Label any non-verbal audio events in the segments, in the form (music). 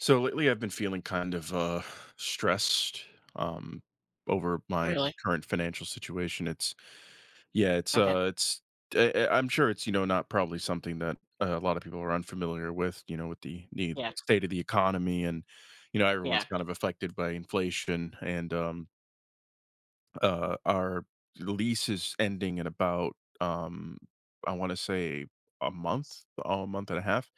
So lately, I've been feeling kind of stressed um, over my Really? current financial situation. It's Yeah, Okay. It's I'm sure it's not probably something that a lot of people are unfamiliar with. With the Yeah. state of the economy, and everyone's Yeah. kind of affected by inflation, and our lease is ending in about I want to say a month, oh, a month and a half.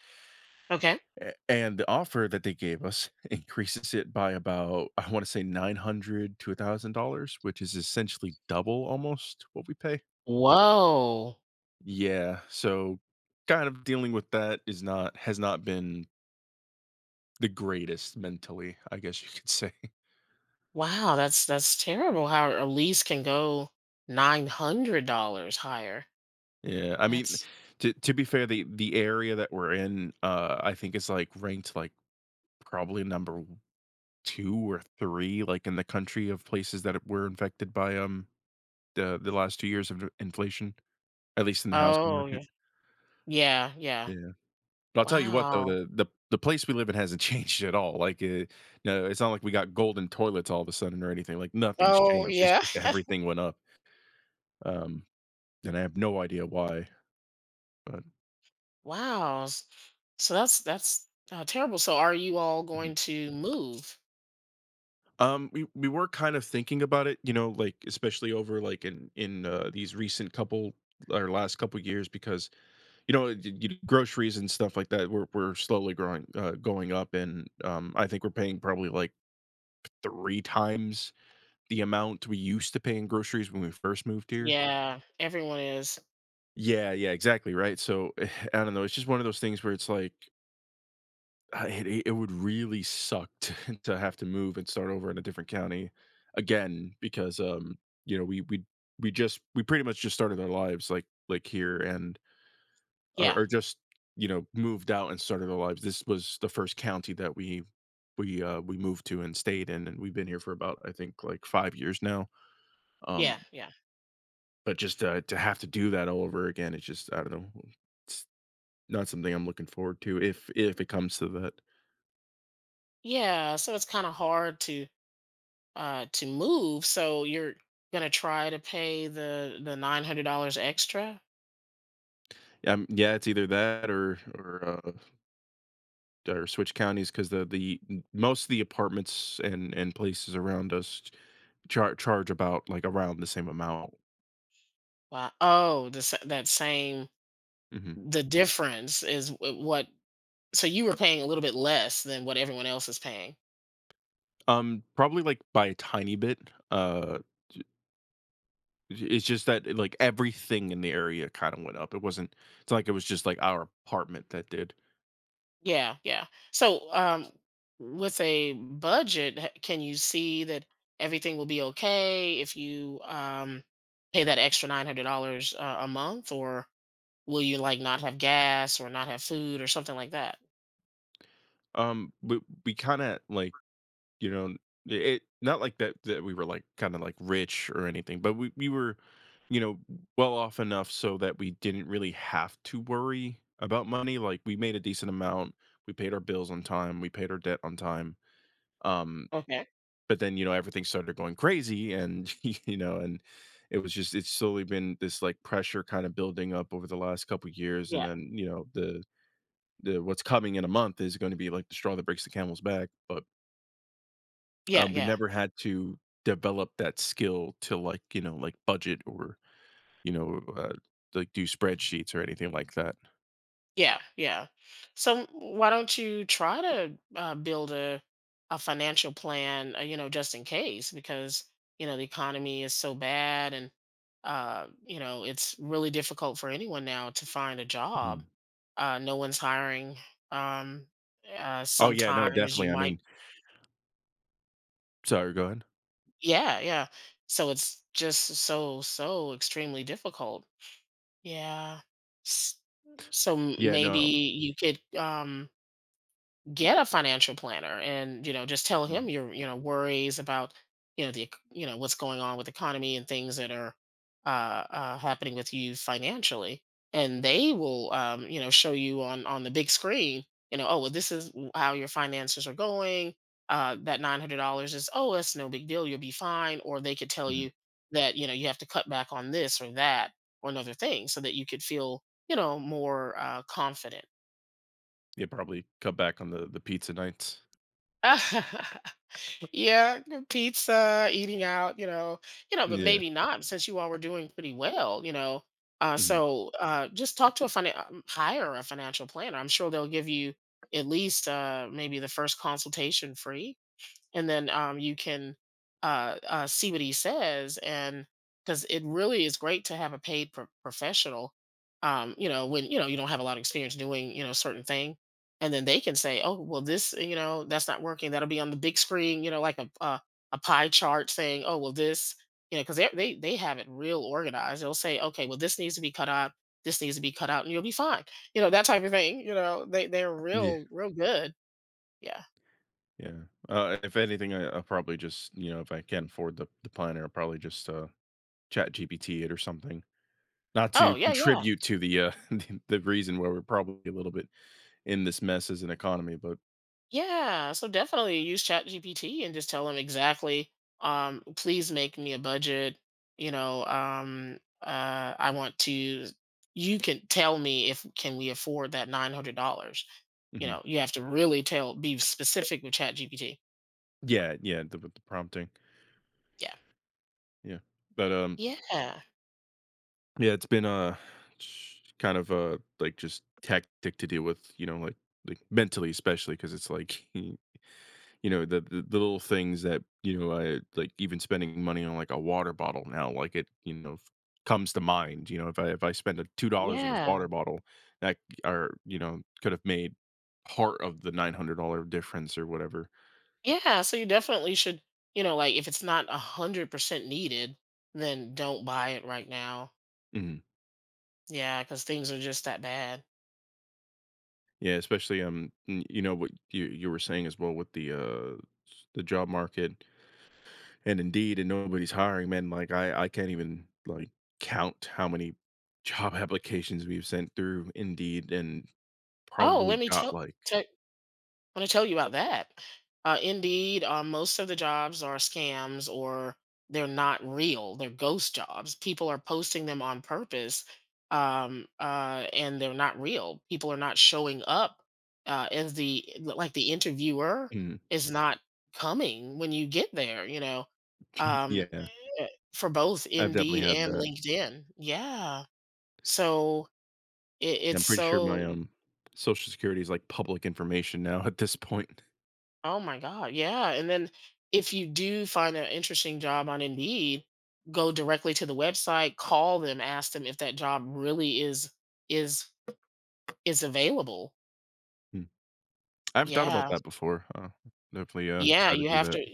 Okay. A and the offer that they gave us (laughs) increases it by about, I wanna say 900 to a $1,000, which is essentially double almost what we pay. Whoa. Yeah, so kind of dealing with that is not has not been the greatest mentally, I guess you could say. (laughs) Wow, that's terrible how a lease can go $900 higher. Yeah, I mean, That's to be fair, the area that we're in, I think is, like, ranked, like, probably number w 2 or 3, like, in the country of places that were infected by, the last 2 years of inflation. At least in the housing Oh, yeah. market, Yeah, yeah. yeah. But I'll tell you what though, Wow. the place we live in hasn't (laughs) changed at all, like, no, it's not like we got golden toilets all of a sudden or anything, like, nothing's Oh, changed, it's yeah. just everything went up, um, and I have no idea why, but Wow. So that's terrible. So are you all mhm. going to move? We were kind of thinking about it, you know, like, especially over, like, in these recent couple or last couple years because, y y groceries and stuff like that were slowly growing going up, and, I think we're paying probably, like, 3 times the amount we used to pay in groceries when we first moved here. Yeah, everyone is. Yeah, yeah, exactly, right? So, (laughs) (sighs) I don't know, it's just one of those things where it's like, it would really suck to (laughs) to have to move and start over in a different county again because, you know, we pretty much just started our lives, here and Yeah. or just, moved out and started our lives. This was the first county that we moved to and stayed in, and we've been here for about, I think, like, 5 years now. Yeah, um yeah. But just, to have to do that all over again, it's just, I don't know, it's not something I'm looking forward to if it comes to that. Yeah, so it's kind of hard to move. So you're gonna try to pay the $900 extra. Yeah, it's either that or switch counties because the most of the apartments and places around us charge about, like, around the same amount. Wow. Oh, that same Mhm. the difference is what. So you were paying a little bit less than what everyone else is paying. Probably, like, by a tiny bit. It's just that, like, everything in the area kinda went up. It's not like it was just, like, our apartment that did. Yeah, yeah. So with a budget, can you see that everything will be okay if you pay that extra $900 a month, or will you like not have gas or not have food or something like that? Um, we we kinda, like, you know, it not like that we were, like, kinda, like, rich or anything, but we were, you know, well off enough so that we didn't really have to worry about money, like, we made a decent amount, we paid our bills on time, we paid our debt on time, um, Okay. but then, everything started going crazy and, (laughs) and it was just it's slowly been this, like, pressure kinda building up over the last couple years and Yeah. then, the what's coming in a month is going to be like the straw that breaks the camel's back. But Yeah. We Yeah. never had to develop that skill to like budget or you know uh, like do spreadsheets or anything like that. Yeah, yeah. So why don't you try to build a financial plan, you know, just in case, because you know the economy is so bad, and you know it's really difficult for anyone now to find a Mhm. job. No one's hiring. Um, Oh yeah, no, Sometimes you definitely. I might, mean, sorry, go ahead. yeah, yeah. So it's just so so extremely difficult. Yeah. S- So Yeah, maybe no. you could get a financial planner and you know just tell him Mhm, your you know worries about you know the you know what's going on with the economy and things that are happening with you financially and they will you know show you on the big screen you know oh well this is how your finances are going that $900 is oh that's no big deal you'll be fine or they could tell mhm. you that you know you have to cut back on this or that or another thing so that you could feel you know more confident Yeah, probably cut back on the pizza nights. (laughs) Yeah, good pizza, eating out, you know, but Yeah. maybe not since you all were doing pretty well, you know. Hmm. So just talk to a hire a financial planner. I'm sure they'll give you at least maybe the first consultation free and then you can see what he says and because it really is great to have a paid professional you know when you know you don't have a lot of experience doing you know a certain thing and then they can say oh well this you know that's not working that'll be on the big screen you know like a pie chart saying oh well this you know because they have it real organized they'll say okay well this needs to be cut out this needs to be cut out and you'll be fine you know that type of thing you know they're Yeah. real real good yeah Yeah. If anything, I'll probably just if I can't afford the planner, I'll probably just chat GPT it or something. Not oh to (laughs) yeah yeah. contribute to the, (laughs) the reason why we're probably a little bit in this mess as an economy, but Yeah, so definitely use ChatGPT and just tell them exactly, please make me a budget. You know, I want to. You can tell me if can we afford that $900. You mhm. know, you have to really tell, be specific with ChatGPT. Yeah, yeah, the with the prompting. Yeah, Yeah. But, yeah, yeah, it's been, kind of a, like, just tactic to deal with, mentally especially because it's like. (laughs) The little things that, I like even spending money on, like, a water bottle now, like, it, you know, f comes to mind, if I spend a $2 on this yeah, water bottle, that could have made part of the $900 difference or whatever. yeah. So you definitely should. You know, like if it's not 100% needed, then don't buy it right now. Mhm. Yeah, because things are just that bad. Yeah, especially, y you know, what you were saying as well with the job market and Indeed, and nobody's hiring, man, like, I can't even, like, count how many job (laughs) applications we've sent through Indeed, and Oh, let probably me got, tell. like, Want to tell you about that. Indeed, most of the jobs are scams or they're not real. They're ghost jobs. People are posting them on purpose, and they're not real. People are not showing up as the like the interviewer mm, is not coming when you get there. You know, um, yeah, eh, for both I've definitely Indeed had and that. LinkedIn. Yeah. So Yeah, it's I'm pretty sure so my, Social Security is, like, public information now (laughs) at this point. Oh my God. Yeah. And then if you do find an interesting job on Indeed, go directly to the website, call them, ask them if that job really is is available. Mm. I haven't thought about Yeah. that before, huh. Definitely, Yeah. try to You do have that. to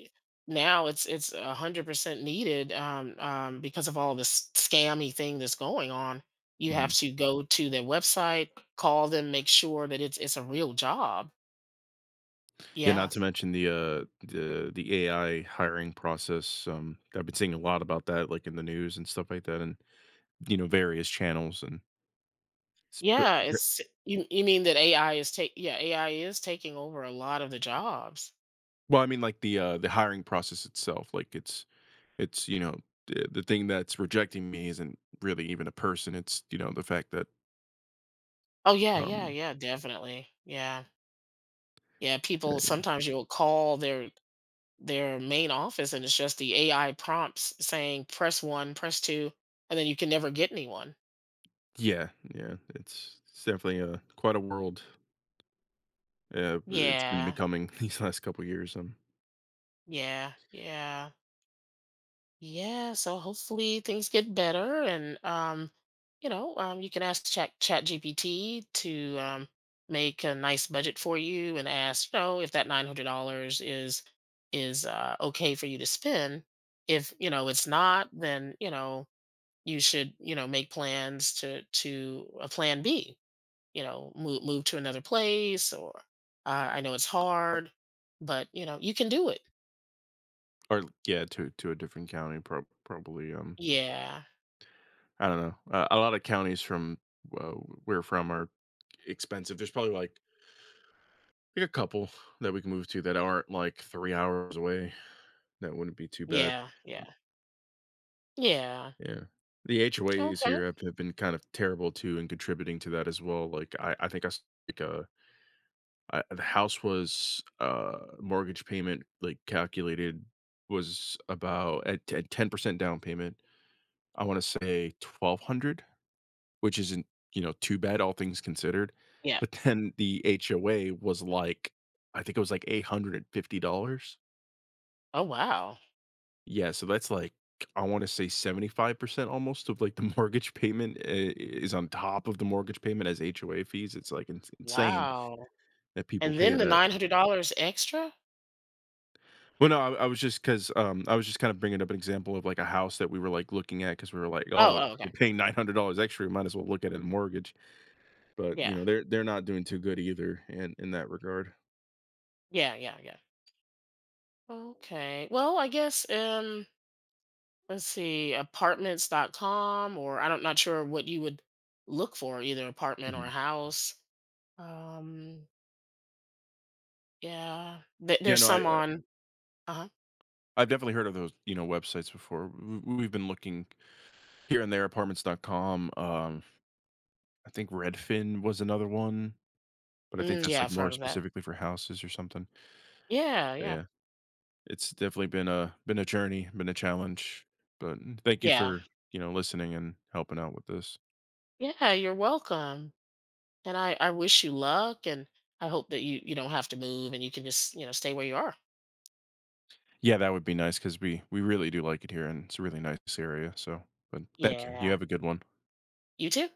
now it's 100% needed because of all this scammy thing that's going on. You Mhm. have to go to their website, call them, make sure that it's a real job. Yeah, not Yeah. to mention the, the AI hiring process, I've been seeing a lot about that, like, in the news and stuff like that and, various channels and sp Yeah, it's you mean that AI is take yeah, AI is taking over a lot of the jobs. well, I mean, like, the hiring process itself, like, it's. It's, the thing that's rejecting me isn't really even a person. It's, the fact that, Oh yeah, yeah, um, yeah, definitely. Yeah. Yeah, people uh, sometimes you'll call their main office and it's just the AI prompts saying press 1, press 2, and then you can never get anyone. yeah, yeah, it's definitely a quite a world. It's been Yeah. becoming (laughs) these last couple years. Yeah. Yeah. Yeah, so hopefully things get better and you know, you can ask Chat GPT to make a nice budget for you and ask, you know, if that $900 is okay for you to spend. If, you know, it's not, then, you know, you should, you know, make plans to a plan B, you know, move to another place or uh, I know it's hard, but you know, you can do it. Or yeah, to a different county, probably. Yeah. I don't know. A lot of counties from where we're from are expensive. There's probably like a couple that we can move to that aren't like 3 hours away. That wouldn't be too bad. Yeah, yeah. Yeah. Yeah. The HOAs here Okay. Have been kind of terrible too and contributing to that as well. Like I think I s- like I, the house was mortgage payment like calculated was about at 10% down payment. I want to say 1,200. Which isn't, you know, too bad, all things considered, Yeah. but then the HOA was like I think it was like $850. Oh, wow. Yeah, so that's like, I wanna say 75% almost of, like, the (laughs) mortgage payment I is on top of the mortgage payment as HOA fees, it's, like, insane Wow. that people And pay then the that. $900 extra? Well, no, I was just 'cause, I was just kinda bringing up an example of, like, a house that we were, like, looking at because we were like, Oh, "Oh, oh, we're okay. paying $900 extra, we might as well look at a mortgage," but, Yeah. They're not doing too good either in that regard. Yeah, yeah, yeah. Okay. Well, I guess let's see, Apartments.com. Or I don't not sure what you would look for, either apartment or Mhm. a house. Um yeah. Yeah, There's no, some on uh-huh. I've definitely heard of those, websites before. We've been looking here and there, apartments.com. I think Redfin was another one, but I think Mm, that's yeah, like I've more heard of that. specifically for houses or something. Yeah, But yeah. yeah, it's definitely been a journey, been a challenge. But thank you Yeah. for, listening and helping out with this. Yeah, you're welcome. And I wish you luck and I hope that you don't have to move and you can just, you know, stay where you are. Yeah, that would be nice because we really do like it here and it's a really nice area. So but thank you. You Yeah. have a good one. You too.